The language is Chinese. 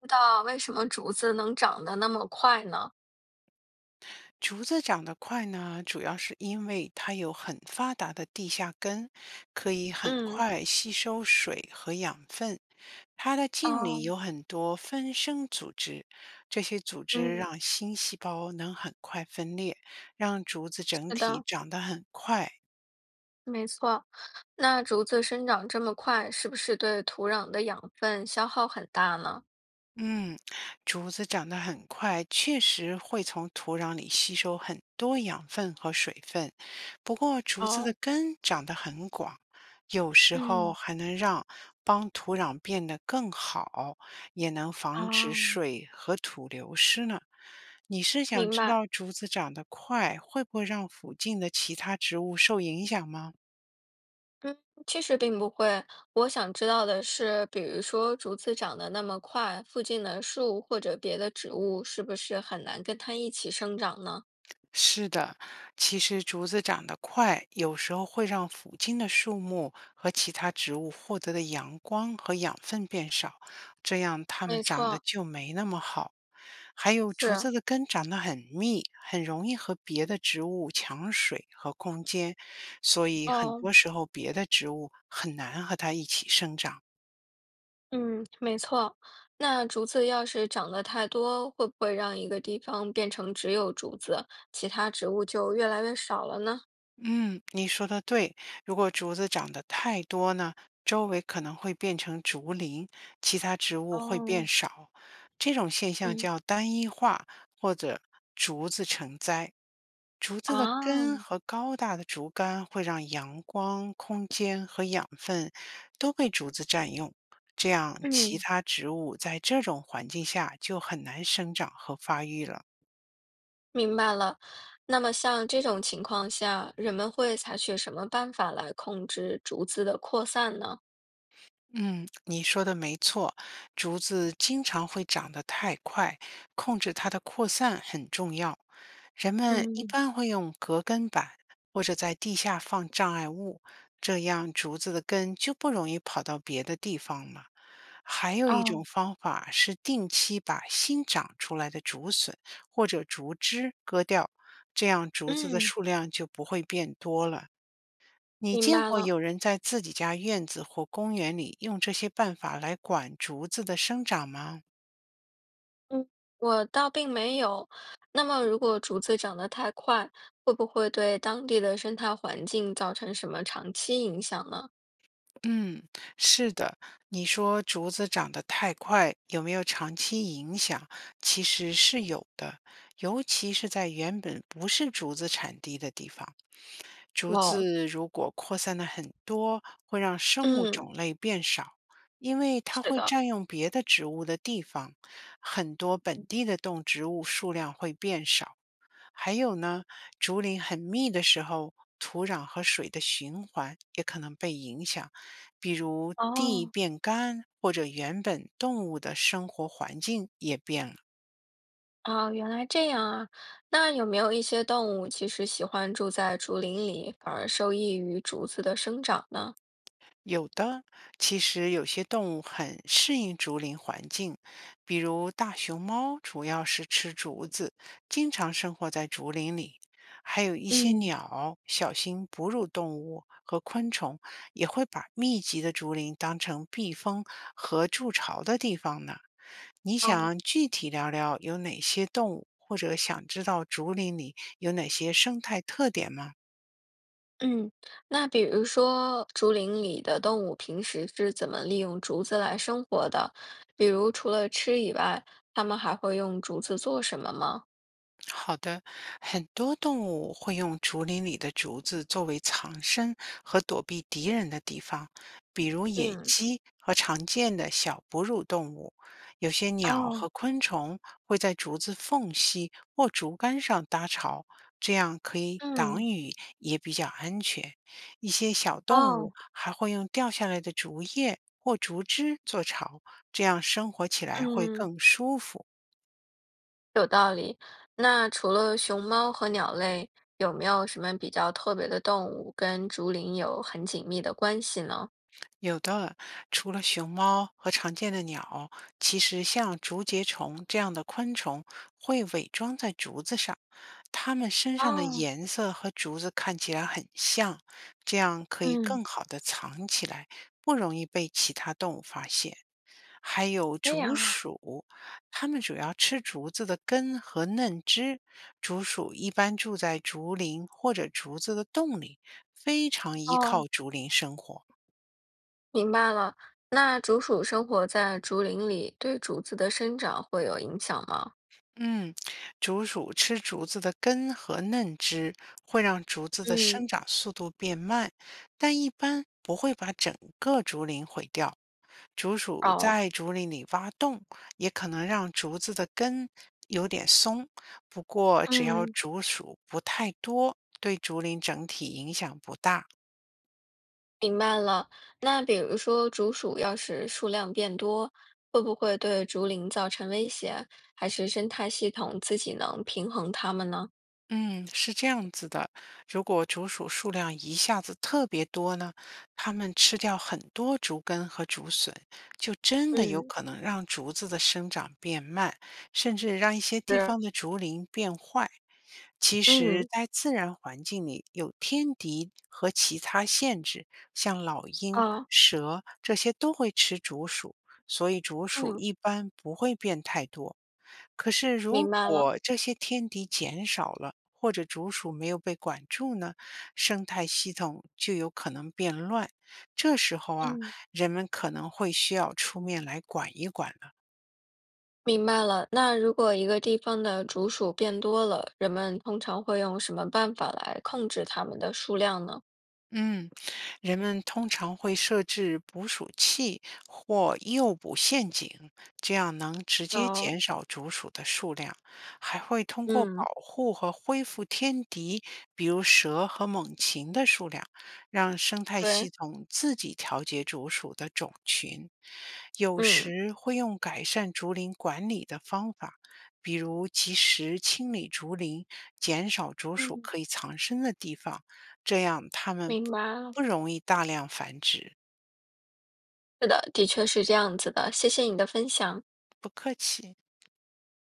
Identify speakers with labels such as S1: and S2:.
S1: 知道为什么竹子能长得那么快呢？
S2: 竹子长得快呢，主要是因为它有很发达的地下根，可以很
S1: 嗯，
S2: 快吸收水和养分。它的茎里
S1: 哦，
S2: 有很多分生组织，这些组织
S1: 嗯，
S2: 让新细胞能很快分裂，让竹子整
S1: 是
S2: 体
S1: 的，
S2: 长得很快。
S1: 没错。那竹子生长这么快，是不是对土壤的养分消耗很大呢？
S2: 嗯，竹子长得很快，确实会从土壤里吸收很多养分和水分。不过，竹子的
S1: 哦，
S2: 根长得很广，有时候
S1: 嗯，
S2: 还能让帮土壤变得更好，也能防止
S1: 啊，
S2: 水和土流失呢。你是想
S1: 明
S2: 知
S1: 白。
S2: 道竹子长得快会不会让附近的其他植物受影响吗？
S1: 嗯，其实并不会。我想知道的是，比如说竹子长得那么快，附近的树或者别的植物是不是很难跟它一起生长呢？
S2: 是的，其实竹子长得快，有时候会让附近的树木和其他植物获得的阳光和养分变少，这样它们
S1: 没
S2: 长得
S1: 错，
S2: 就没那么好。还有竹
S1: 是。
S2: 子的根长得很密，很容易和别的植物抢水和空间，所以很
S1: 哦，
S2: 多时候别的植物很难和它一起生长。
S1: 嗯，没错。那竹子要是长得太多，会不会让一个地方变成只有竹子，其他植物就越来越少了呢？
S2: 嗯，你说的对。如果竹子长得太多呢，周围可能会变成竹林，其他植物会变
S1: 哦，
S2: 少。这种现象
S1: 嗯，
S2: 叫单一化或者竹子成灾。竹子的根
S1: 啊，
S2: 和高大的竹竿会让阳光、空间和养分都被竹子占用，这样其
S1: 嗯，
S2: 他植物在这种环境下就很难生长和发育了。
S1: 明白了。那么像这种情况下，人们会采取什么办法来控制竹子的扩散呢？
S2: 嗯，你说的没错，竹子经常会长得太快，控制它的扩散很重要。人们一
S1: 嗯，
S2: 般会用隔根板或者在地下放障碍物，这样竹子的根就不容易跑到别的地方了。还有一
S1: 哦，
S2: 种方法是定期把新长出来的竹笋或者竹枝割掉，这样竹子的
S1: 嗯，
S2: 数量就不会变多了。你
S1: 明
S2: 见
S1: 白
S2: 过
S1: 了。
S2: 有人在自己家院子或公园里用这些办法来管竹子的生长吗？
S1: 嗯，我倒并没有。那么，如果竹子长得太快，会不会对当地的生态环境造成什么长期影响呢？
S2: 嗯，是的。你说竹子长得太快，有没有长期影响？其实是有的，尤其是在原本不是竹子产地的地方，竹
S1: 哦，
S2: 子如果扩散的很多，会让生物
S1: 嗯，
S2: 种类变少，因为它
S1: 是
S2: 会
S1: 的。
S2: 占用别的植物的地方，很多本地的动植物数量会变少。还有呢，竹林很密的时候，土壤和水的循环也可能被影响，比如地
S1: 哦，
S2: 变干，或者原本动物的生活环境也变了。
S1: 啊，原来这样啊。那有没有一些动物其实喜欢住在竹林里，反而受益于竹子的生长呢？
S2: 有的，其实有些动物很适应竹林环境，比如大熊猫主要是吃竹子，经常生活在竹林里；还有一些
S1: 嗯。
S2: 鸟、小型哺乳动物和昆虫也会把密集的竹林当成避风和筑巢的地方呢。你
S1: 哦。
S2: 想具体聊聊有哪些动物，或者想知道竹林里有哪些生态特点吗？
S1: 嗯，那比如说竹林里的动物平时是怎么利用竹子来生活的？比如除了吃以外，它们还会用竹子做什么吗？
S2: 好的，很多动物会用竹林里的竹子作为藏身和躲避敌人的地方，比如野
S1: 嗯，
S2: 鸡和常见的小哺乳动物。有些鸟
S1: 哦，
S2: 和昆虫会在竹子缝隙或竹竿上搭巢，这样可以挡
S1: 嗯，
S2: 雨，也比较安全。一些小动物
S1: 哦，
S2: 还会用掉下来的竹叶或竹枝做巢，这样生活起来会
S1: 嗯，
S2: 更舒服。
S1: 有道理。那除了熊猫和鸟类，有没有什么比较特别的动物跟竹林有很紧密的关系呢？
S2: 有的，除了熊猫和常见的鸟，其实像竹节虫这样的昆虫会伪装在竹子上，它们身上的
S1: 哦，
S2: 颜色和竹子看起来很像，这样可以
S1: 嗯，
S2: 更好的藏起来，不容易被其他动物发现。还有
S1: 这
S2: 竹
S1: 样啊。
S2: 鼠，它们主要吃竹子的根和嫩枝。竹鼠一般住在竹林或者竹子的洞里，非常依靠
S1: 哦，
S2: 竹林生活。
S1: 明白了。那竹鼠生活在竹林里，对竹子的生长会有影响吗？
S2: 嗯，竹鼠吃竹子的根和嫩枝，会让竹子的生
S1: 嗯，
S2: 长速度变慢，但一般不会把整个竹林毁掉。竹鼠
S1: 哦，
S2: 在竹林里挖洞，也可能让竹子的根有点松，不过只要
S1: 嗯。
S2: 竹鼠不太多，对竹林整体影响不大。
S1: 明白了。那比如说，竹鼠要是数量变多，会不会对竹林造成威胁？还是生态系统自己能平衡它们呢？
S2: 嗯，是这样子的，如果竹鼠数量一下子特别多呢，它们吃掉很多竹根和竹笋，就真的有
S1: 嗯，
S2: 可能让竹子的生长变慢，甚至让一些地
S1: 是，
S2: 方的竹林变坏。其实，
S1: 嗯，
S2: 在自然环境里，有天敌和其他限制，像老鹰、
S1: 哦，
S2: 蛇这些都会吃竹鼠，所以竹鼠
S1: 嗯，
S2: 一般不会变太多。可是如
S1: 明白了，
S2: 果这些天敌减少了，或者竹鼠没有被管住呢，生态系统就有可能变乱。这时候啊，
S1: 嗯，
S2: 人们可能会需要出面来管一管。
S1: 明白了。那如果一个地方的竹鼠变多了，人们通常会用什么办法来控制它们的数量呢？
S2: 嗯，人们通常会设置捕鼠器或诱捕陷阱，这样能直接
S1: 有，
S2: 减少竹鼠的数量。还会通过保
S1: 嗯，
S2: 护和恢复天敌，比如蛇和猛禽的数量，让生态系
S1: 对，
S2: 统自己调节竹鼠的种群。有
S1: 嗯，
S2: 时会用改善竹林管理的方法，比如及时清理竹林，减少竹鼠
S1: 嗯，
S2: 可以藏身的地方。这样它们
S1: 明白了。
S2: 不容易大量繁殖。
S1: 是的，的确是这样子的，谢谢你的分享。
S2: 不客气。